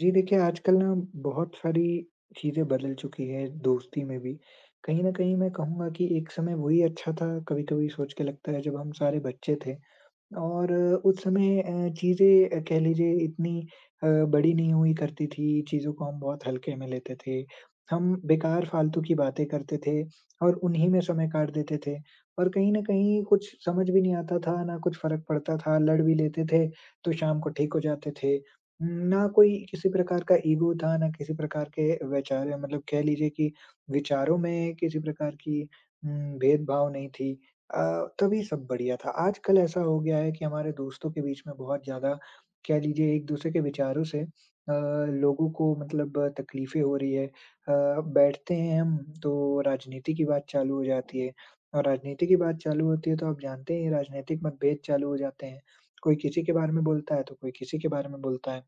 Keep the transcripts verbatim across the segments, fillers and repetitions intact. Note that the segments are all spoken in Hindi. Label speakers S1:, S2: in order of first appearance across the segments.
S1: जी देखिए, आजकल ना बहुत सारी चीज़ें बदल चुकी है दोस्ती में भी। कहीं न कहीं मैं कहूँगा कि एक समय वही अच्छा था, कभी-कभी सोच के लगता है जब हम सारे बच्चे थे। और अ, उस समय अ, चीज़ें कह लीजिए इतनी अ, बड़ी नहीं हुई करती थी, चीज़ों को हम बहुत हल्के में लेते थे। हम बेकार फालतू की बातें करते थे और उन्हीं में समय काट देते थे और कहीं न कहीं कुछ समझ भी नहीं आता था, ना कुछ फ़र्क पड़ता था, लड़ भी लेते थे तो शाम को ठीक हो जाते थे। ना कोई किसी प्रकार का ईगो था, ना किसी प्रकार के वैचार मतलब कह लीजिए कि विचारों में किसी प्रकार की उम, भेदभाव नहीं थी। अ, तभी सब बढ़िया था। आजकल ऐसा हो गया है कि हमारे दोस्तों के बीच में बहुत ज़्यादा कह लीजिए एक-दूसरे के विचारों से अ, लोगों को मतलब तकलीफ़ें हो रही है। अ, बैठते हैं हम तो राजनीति की बात चालू हो जाती है और राजनीति की बात चालू होती है तो आप जानते ही हैं राजनीतिक मतभेद चालू हो जाते हैं। कोई किसी के बारे में बोलता है तो कोई किसी के बारे में बोलता है।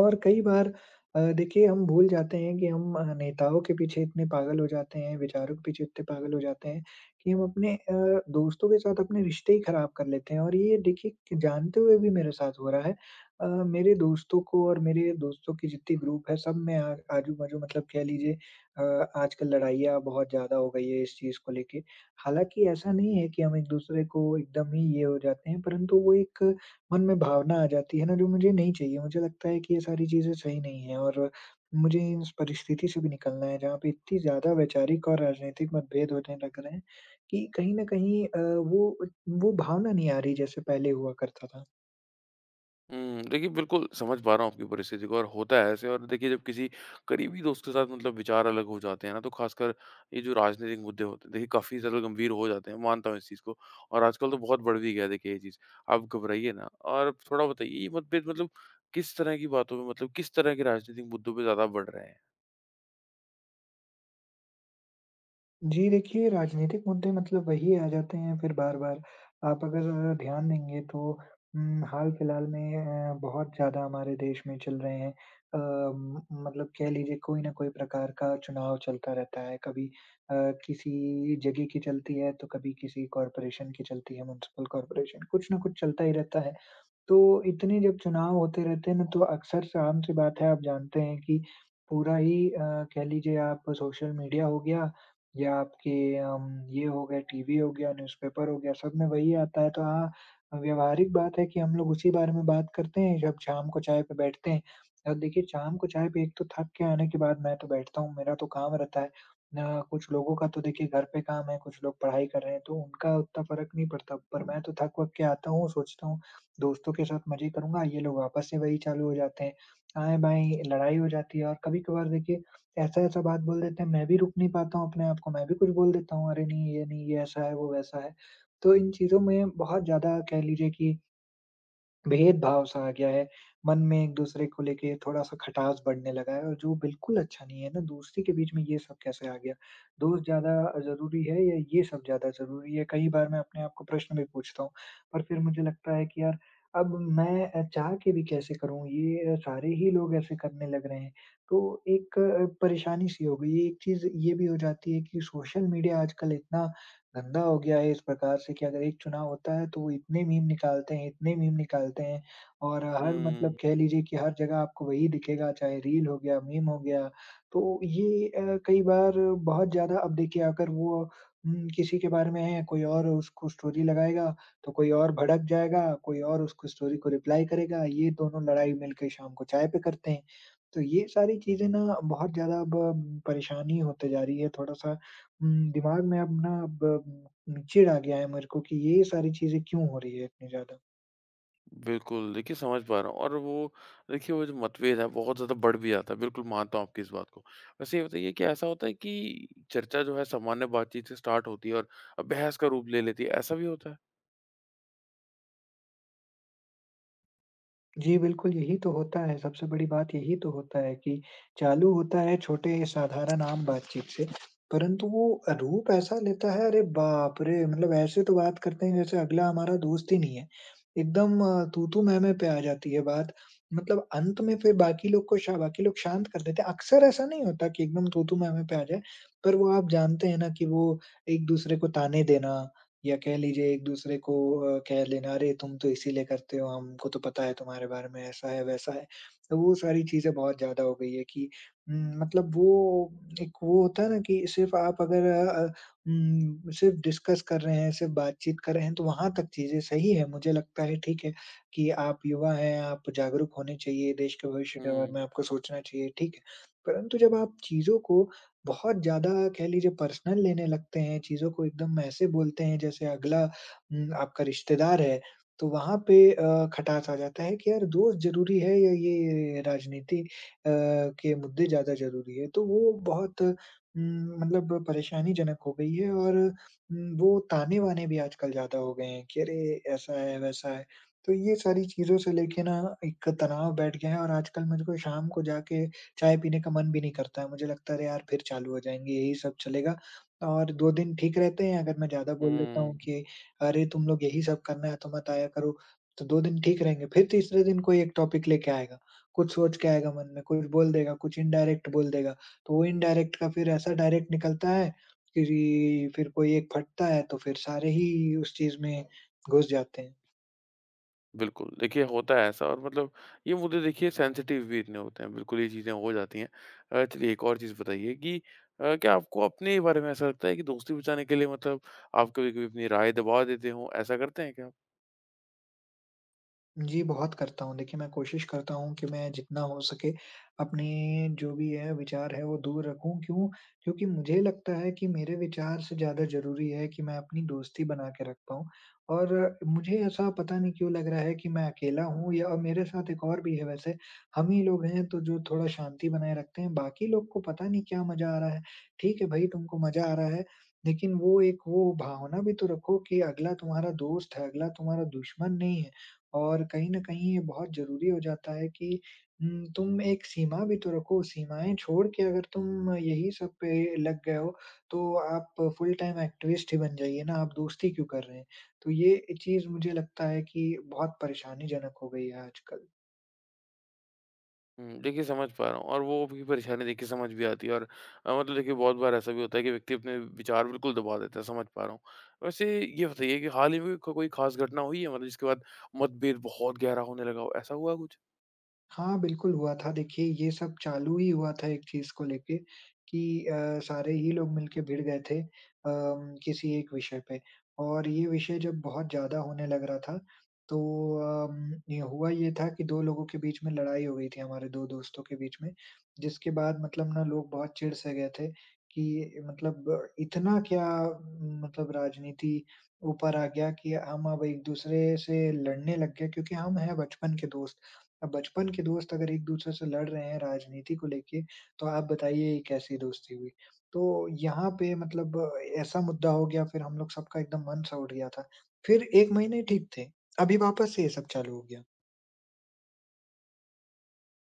S1: और कई बार अ, देखिए हम भूल जाते हैं कि हम अ, नेताओं के पीछे इतने पागल हो जाते हैं, विचारों के पीछे इतने पागल हो जाते हैं कि हम अपने अ, दोस्तों के साथ अपने रिश्ते ही खराब कर लेते हैं और ये देखिए कि जानते हुए भी मेरे साथ हो रहा है। अ, मेरे दोस्तों को और मेरे दोस्तों की जितनी ग्रुप है सब में आ आजू-बाजू मतलब कह लीजिए अ, आजकल लड़ाइयाँ बहुत ज़्यादा हो गई है इस चीज़ को लेके। हालाँकि ऐसा नहीं है कि हम एक-दूसरे को एकदम ही ये हो जाते हैं, परंतु वो एक मन में भावना आ जाती है ना जो मुझे नहीं चाहिए। मुझे लगता है कि ये सारी चीज़ें सही नहीं है और मुझे इस परिस्थिति से भी निकलना है जहाँ पे इतनी ज़्यादा वैचारिक और राजनीतिक मतभेद होने लग रहे हैं कि कहीं न कहीं अ, वो वो भावना नहीं आ रही जैसे पहले हुआ करता था।
S2: हुँ, देखिए बिल्कुल समझ पा रहा हूँ आपकी परिस्थिति को और होता है ऐसे। और देखिए जब किसी करीबी दोस्त के साथ मतलब विचार अलग हो जाते हैं ना, तो ख़ासकर ये जो राजनीतिक मुद्दे होते हैं, देखिए काफ़ी ज़्यादा गंभीर हो जाते हैं, मानता हूँ इस चीज़ को। और आजकल तो बहुत बढ़ भी गया है देखिए ये चीज़। आप घबराइए ना और थोड़ा बताइए ये मतभेद मतलब किस तरह की बातों में मतलब किस तरह के राजनीतिक मुद्दों पे ज़्यादा बढ़ रहे हैं?
S1: जी, देखिए राजनीतिक मुद्दे मतलब वही आ जाते हैं फिर बार-बार। आप अगर ध्यान देंगे तो उम, हाल-फिलहाल में अ, बहुत ज़्यादा हमारे देश में चल रहे हैं अ, म मतलब कह लीजिए कोई ना कोई प्रकार का चुनाव चलता रहता है। कभी अ, किसी जगह की चलती है, तो कभी किसी कॉर्पोरेशन की चलती है, म्युनिसिपल कॉर्पोरेशन, कुछ ना कुछ चलता ही रहता है। तो इतने जब चुनाव होते रहते हैं ना, तो अक्सर आम सी बात है आप जानते हैं कि पूरा ही अ, कह लीजिए आप सोशल मीडिया हो गया या आपके अम, ये हो गए टीवी हो गया, न्यूज़पेपर हो गया, सब में वही आता है। तो हाँ, व्यावहारिक बात है कि हम लोग उसी बारे में बात करते हैं जब शाम को चाय पे बैठते हैं। और देखिए शाम को चाय पे एक तो थक के आने के बाद मैं तो बैठता हूँ, मेरा तो काम रहता है। अ, कुछ लोगों का तो देखिए घर पे काम है, कुछ लोग पढ़ाई कर रहे हैं, तो उनका उतना फ़र्क नहीं पड़ता। पर मैं तो थक-वक के आता हूँ, सोचता हूँ दोस्तों के साथ मज़े करूँगा, ये लोग आपस में वही चालू हो जाते हैं। आएँ-बाएँ लड़ाई हो जाती है और कभी-कभार देखिए ऐसा-ऐसा बात बोल देते हैं, मैं भी रोक नहीं पाता हूँ अपने आप को, मैं भी कुछ बोल देता हूँ, अरे नहीं, ये नहीं, ये ऐसा है, वो वैसा है। तो इन चीज़ों में बहुत ज़्यादा कह लीजिए कि भेदभाव सा आ गया है, मन में एक-दूसरे को लेके थोड़ा-सा खटास बढ़ने लगा है और जो बिल्कुल अच्छा नहीं है ना, दोस्ती के बीच में ये सब कैसे आ गया? दोस्त ज़्यादा ज़रूरी है या ये सब ज़्यादा ज़रूरी है? कई बार मैं अपने आप को प्रश्न भी पूछता हूँ, पर फिर मुझे लगता है कि यार अब मैं अ, चाह के भी कैसे करूँ? ये अ, सारे ही लोग ऐसे करने लग रहे हैं, तो एक अ, परेशानी-सी हो गई है। एक चीज़ ये भी हो जाती है कि सोशल मीडिया आजकल इतना गंदा हो गया है इस प्रकार से कि अगर एक चुनाव होता है तो वो इतने मीम निकालते हैं, इतने मीम निकालते हैं और
S2: हुँ,
S1: हर
S2: हुँ, हुँ।
S1: मतलब कह लीजिए कि हर जगह आपको वही दिखेगा, चाहे रील हो गया, मीम हो गया। तो ये अ, कई बार बहुत ज़्यादा अब देखिए अगर वो उम, किसी के बारे में है, कोई और उसको स्टोरी लगाएगा, तो कोई और भड़क जाएगा, कोई और उसको स्टोरी को रिप्लाई करेगा, ये दोनों लड़ाई मिलके शाम को चाय पे करते हैं। तो ये सारी चीज़ें ना बहुत ज़्यादा अब अम, परेशानी होते जा रही है थोड़ा-सा उम, दिमाग में अपना ब नीचे आ गया है मेरे को कि ये सारी चीज़ें क्यों हो रही है इतनी ज़्यादा।
S2: बिल्कुल, देखिए समझ पा रहा हूँ। और वो देखिए वो जो मतभेद है बहुत ज़्यादा बढ़ भी जाता है, बिल्कुल मानता हूँ आपकी इस बात को। वैसे ये बताइए कि ऐसा होता है कि चर्चा जो है सामान्य बातचीत से स्टार्ट होती है और बहस का रूप ले लेती है, ऐसा भी होता है?
S1: जी, बिल्कुल यही तो होता है, सबसे बड़ी बात यही तो होता है कि चालू होता है छोटे साधारण आम बातचीत से, परंतु वो रूप ऐसा लेता है, अरे बाप रे! मतलब ऐसे तो बात करते हैं जैसे अगला हमारा दोस्त ही नहीं है। एकदम तू-तू, मैं-मैं पे आ जाती है बात, मतलब अंत में फिर बाकी लोग को शा बाकी लोग शांत कर देते हैं। अक्सर ऐसा नहीं होता कि एकदम तू-तू, मैं-मैं पे आ जाए, पर वो आप जानते हैं ना कि वो एक-दूसरे को ताने देना या कह लीजिए एक दूसरे को अ, कह लेना, "अरे! तुम तो इसीलिए करते हो, हमको तो पता है तुम्हारे बारे में ऐसा है, वैसा है।" तो वो सारी चीज़ें बहुत ज़्यादा हो गई है कि उम, मतलब वो एक वो होता है ना कि सिर्फ़ आप अगर अ, उम, सिर्फ़ डिस्कस कर रहे हैं, सिर्फ़ बातचीत कर रहे हैं, तो वहाँ तक चीज़ें सही है, मुझे लगता है ठीक है कि आप युवा हैं, आप जागरूक होने चाहिए, देश के भविष्य के बारे
S2: हुँ,
S1: में आपको सोचना चाहिए, ठीक है। परंतु जब आप चीज़ों को बहुत ज़्यादा कह लीजिए पर्सनल लेने लगते हैं, चीज़ों को एकदम ऐसे बोलते हैं जैसे अगला उम, आपका रिश्तेदार है, तो वहाँ पे अ, खटास आ जाता है कि यार दोस्त ज़रूरी है या ये राजनीति अ, के मुद्दे ज़्यादा ज़रूरी है। तो वो बहुत उम, मतलब परेशानीजनक हो गई है और उम, वो ताने-वाने भी आजकल ज़्यादा हो गए हैं कि अरे! ऐसा है, वैसा है। तो ये सारी चीज़ों से लेके ना एक तनाव बैठ गया है और आजकल मुझको शाम को जाके चाय पीने का मन भी नहीं करता है। मुझे लगता है अरे यार फिर चालू हो जाएँगे, यही सब चलेगा और दो दिन ठीक रहते हैं, अगर मैं ज़्यादा बोल देता
S2: हुँ।
S1: हूँ कि अरे तुम लोग यही सब करना है तो मत आया करो, तो दो दिन ठीक रहेंगे। फिर तीसरे दिन कोई एक टॉपिक लेके आएगा, कुछ सोच के आएगा मन में, कुछ बोल देगा, कुछ इनडायरेक्ट बोल देगा। तो वो इनडायरेक्ट का फिर ऐसा डायरेक्ट निकलता है कि फिर कोई एक फटता है तो फिर सारे ही उस चीज़ में घुस जाते हैं।
S2: बिल्कुल, देखिए होता है ऐसा। और मतलब ये मुद्दे देखिए सेंसिटिव भी इतने होते हैं, बिल्कुल ये चीज़ें हो जाती हैं। अ, चलिए एक और चीज़ बताइए कि अ, क्या आपको अपने बारे में ऐसा लगता है कि दोस्ती बचाने के लिए मतलब आप कभी-कभी अपनी राय दबा देते हो, ऐसा करते हैं क्या आप?
S1: जी, बहुत करता हूँ। देखिए, मैं कोशिश करता हूँ कि मैं जितना हो सके अपने जो भी है विचार है वो दूर रखूँ। क्यों? क्योंकि मुझे लगता है कि मेरे विचार से ज़्यादा ज़रूरी है कि मैं अपनी दोस्ती बना के रख पाऊँ। और मुझे ऐसा पता नहीं क्यों लग रहा है कि मैं अकेला हूँ या और मेरे साथ एक और भी है वैसे, हम ही लोग हैं तो जो थोड़ा शांति बनाए रखते हैं। बाकी लोग को पता नहीं क्या मज़ा आ रहा है। ठीक है भई, तुमको मज़ा आ रहा है, लेकिन वो एक वो भावना भी तो रखो कि अगला तुम्हारा दोस्त है, अगला तुम्हारा दुश्मन नहीं है। और कहीं न कहीं ये बहुत ज़रूरी हो जाता है कि उम, तुम एक सीमा भी तो रखो, सीमाएँ छोड़ के अगर तुम यही सब पे लग गए हो, तो आप फुल टाइम एक्टिविस्ट ही बन जाइए ना, आप दोस्ती क्यों कर रहे हैं? तो ये चीज़ मुझे लगता है कि बहुत परेशानीजनक हो गई है आजकल।
S2: हुँ, देखिए समझ पा रहा हूँ। और वो भी परेशानी देखिए समझ भी आती है। और अ, मतलब देखिए बहुत बार ऐसा भी होता है कि व्यक्ति अपने विचार बिल्कुल दबा देता है, समझ पा रहा हूँ। वैसे ये बताइए कि हाल ही में को कोई ख़ास घटना हुई है मतलब जिसके बाद मतभेद बहुत गहरा होने लगा हो, ऐसा हुआ कुछ?
S1: हाँ, बिल्कुल हुआ था। देखिए, ये सब चालू ही हुआ था एक चीज़ को लेके कि अ, सारे ही लोग मिलके भिड़ गए थे अम, किसी एक विषय पे और ये विषय जब बहुत ज़्यादा होने लग रहा था, तो अम, ये हुआ ये था कि दो लोगों के बीच में लड़ाई हो गई थी हमारे दो दोस्तों के बीच में, जिसके बाद मतलब ना लोग बहुत चिढ़-से गए थे कि मतलब इतना क्या अम, मतलब राजनीति ऊपर आ गया कि हम अब एक-दूसरे से लड़ने लग गए क्योंकि हम हैं बचपन के दोस्त। अब बचपन के दोस्त अगर एक-दूसरे से लड़ रहे हैं राजनीति को लेके, तो आप बताइए ये कैसी दोस्ती हुई? तो यहाँ पे मतलब ऐसा मुद्दा हो गया फिर हम लोग सबका एकदम मन सा उठ गया था। फिर एक महीने ठीक थे, अभी वापस से ये सब चालू हो गया।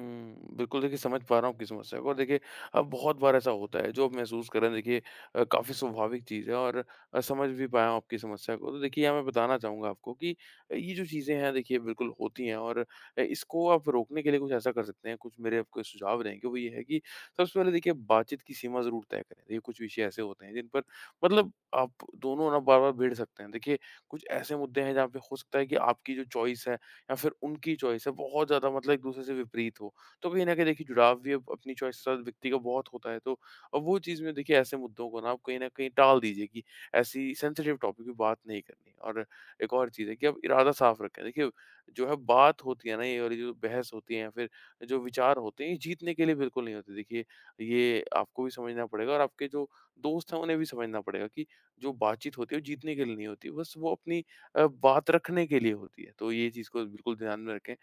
S2: हुँ, बिल्कुल देखिए समझ पा रहा हूँ आपकी समस्या को। और देखिए अब बहुत बार ऐसा होता है, जो आप महसूस कर रहे हैं देखिए अ, काफ़ी स्वाभाविक चीज़ है। और अ, समझ भी पाया हूँ आपकी समस्या को। तो देखिए यहाँ मैं बताना चाहूँगा आपको कि ये जो चीज़ें हैं देखिए बिल्कुल होती हैं। और अ, इसको आप रोकने के लिए कुछ ऐसा कर सकते हैं, कुछ मेरे आपको सुझाव रहेंगे वो ये है कि सबसे पहले देखिए बातचीत की सीमा ज़रूर तय करें। देखिए कुछ विषय ऐसे होते हैं जिन पर मतलब आप दोनों ना बार-बार भिड़ सकते हैं। देखिए कुछ ऐसे मुद्दे हैं जहाँ पे हो सकता है कि आपकी जो चॉइस है या फिर उनकी चॉइस है बहुत ज़्यादा मतलब एक-दूसरे से विपरीत हो। तो कहीं न कहीं देखिए जुड़ाव भी अब अपनी चॉइस के साथ व्यक्ति का बहुत होता है। तो अब वो चीज़ में देखिए ऐसे मुद्दों को ना आप कहीं न कहीं टाल दीजिए कि ऐसी सेंसिटिव टॉपिक पे बात नहीं करनी। और एक और चीज़ है कि आप इरादा साफ रखें। देखिए जो है बात होती है ना ये वाली जो बहस होती है या फिर जो विचार होते हैं ये जीतने के लिए बिल्कुल नहीं होते। देखिए ये आपको भी समझना पड़ेगा और आपके जो दोस्त हैं उन्हें भी समझना पड़ेगा कि जो बातचीत होती है वो जीतने के लिए नहीं होती। बस वो अपनी अ, बात रखने के लिए होती है। तो ये चीज़ को बिल्कुल ध्यान में रखें।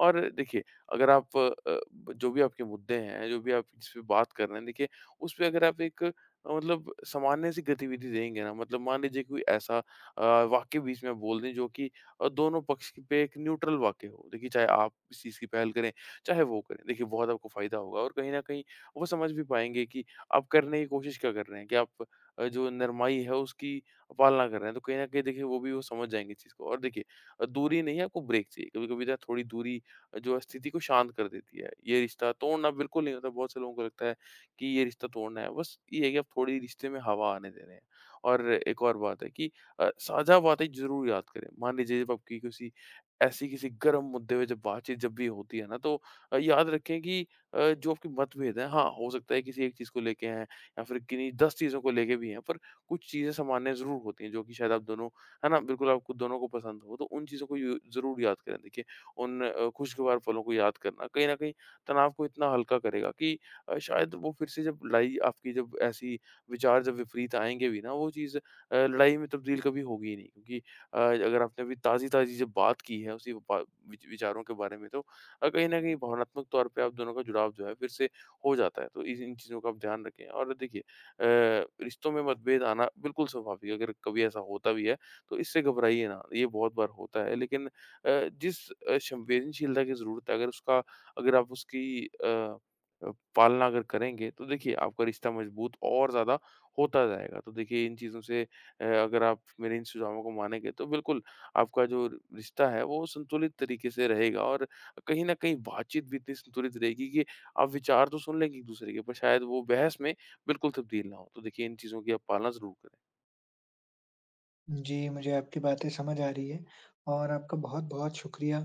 S2: और देखिए अगर आप अ, ब- जो भी आपके मुद्दे हैं, जो भी आप जिस पे बात कर रहे हैं, देखिए उस पे अगर आप एक अ, मतलब सामान्य सी गतिविधि देंगे ना, मतलब मान लीजिए कोई ऐसा अ, वाक्य बीच में बोल दें जो कि अ, दोनों पक्ष की पे एक न्यूट्रल वाक्य हो। देखिए चाहे आप इस चीज़ की पहल करें, चाहे वो करें, देखिए बहुत आपको फ़ायदा होगा। और कहीं न कहीं वो समझ भी पाएँगे कि आप करने की कोशिश क्या कर रहे हैं, कि आप अ, जो नरमाई है उसकी पालना कर रहे हैं, तो कहीं न कहीं देखिए वो भी वो समझ जाएँगे इस चीज़ को। और देखिए अ, दूरी नहीं है आपको ब्रेक चाहिए, कभी-कभी ना थोड़ी दूरी जो है स्थिति को शांत कर देती है। ये रिश्ता तोड़ना बिल्कुल नहीं होता, बहुत से लोगों को लगता है कि ये रिश्ता तोड़ना है, बस ये है कि आप थोड़ी रिश्ते में हवा आने दे रहे हैं। और एक और बात है कि अ, साझा बातें ज़रूर याद करें। मान लीजिए जब आपकी किसी ऐसी किसी गर्म मुद्दे पे जब बातचीत जब भी होती है ना, तो अ, याद रखें कि अ, जो आपके मतभेद हैं, हाँ, हो सकता है किसी एक चीज़ को लेके हैं या फिर किन्हीं दस चीज़ों को लेके भी हैं, पर कुछ चीज़ें सामान्य ज़रूर होती हैं जो कि शायद आप दोनों है ना? बिल्कुल आपको दोनों को पसंद हो, तो उन चीज़ों को यू ज़रूर याद करें। देखिए उन अ, खुशगवार पलों को याद करना कहीं न कहीं तनाव को इतना हल्का करेगा कि अ, शायद वो फिर से जब लड़ाई आपकी जब ऐसी विचार जब विपरीत आएँगे भी ना वो चीज़ अ, लड़ाई में तब्दील कभी होगी ही नहीं क्योंकि अ, अगर आपने अभी ताज़ी-ताज़ी जब बात की है उसी बा विच विचारों के बारे में तो अ, कहीं न कहीं भावनात्मक तौर पे आप दोनों का जुड़ाव जो है फिर से हो जाता है। तो इस इन चीज़ों का आप ध्यान रखें। और देखिए अ, रिश्तों में मतभेद आना बिल्कुल स्वाभाविक है, अगर कभी ऐसा होता भी है, तो इससे घबराइए ना, ये बहुत बार होता है। लेकिन अ, जिस अ, संवेदनशीलता की ज़रूरत है, अगर उसका अगर आप उसकी अ अ, पालना अगर करेंगे, तो देखिए आपका रिश्ता मजबूत और ज़्यादा होता जाएगा। तो देखिए इन चीज़ों से अ, अगर आप मेरे इन सुझावों को मानेंगे, तो बिल्कुल आपका जो रिश्ता है, वो संतुलित तरीके से रहेगा। और कहीं न कहीं बातचीत भी इतनी संतुलित रहेगी कि आप विचार तो सुन लेंगे एक-दूसरे के, पर शायद वो बहस में बिल्कुल तब्दील ना हो। तो देखिए इन चीज़ों की आप पालना ज़रूर करें।
S1: जी, मुझे आपकी बातें समझ आ रही है और आपका बहुत-बहुत शुक्रिया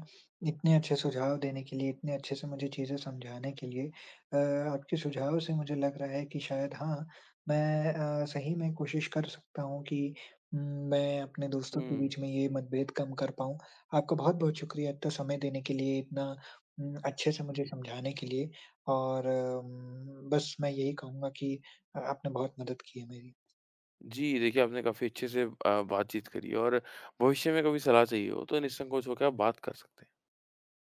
S1: इतने अच्छे सुझाव देने के लिए, इतने अच्छे से मुझे चीज़ें समझाने के लिए। अ, आपके सुझाव से मुझे लग रहा है कि शायद हाँ, मैं अ, सही में कोशिश कर सकता हूँ कि उम, मैं अपने दोस्तों के
S2: हुँ,
S1: बीच में ये मतभेद कम कर पाऊँ। आपका बहुत-बहुत शुक्रिया इतना समय देने के लिए, इतना उम, अच्छे से मुझे
S2: जी।
S1: समझाने के लिए और उम, बस मैं यही कहूँगा कि अ, आपने बहुत मदद की है मेरी।
S2: जी, देखिए आपने काफ़ी अच्छे से अ, बातचीत करी। और भविष्य में कभी सलाह चाहिए हो तो निसंकोच होकर आप बात कर सकते हैं।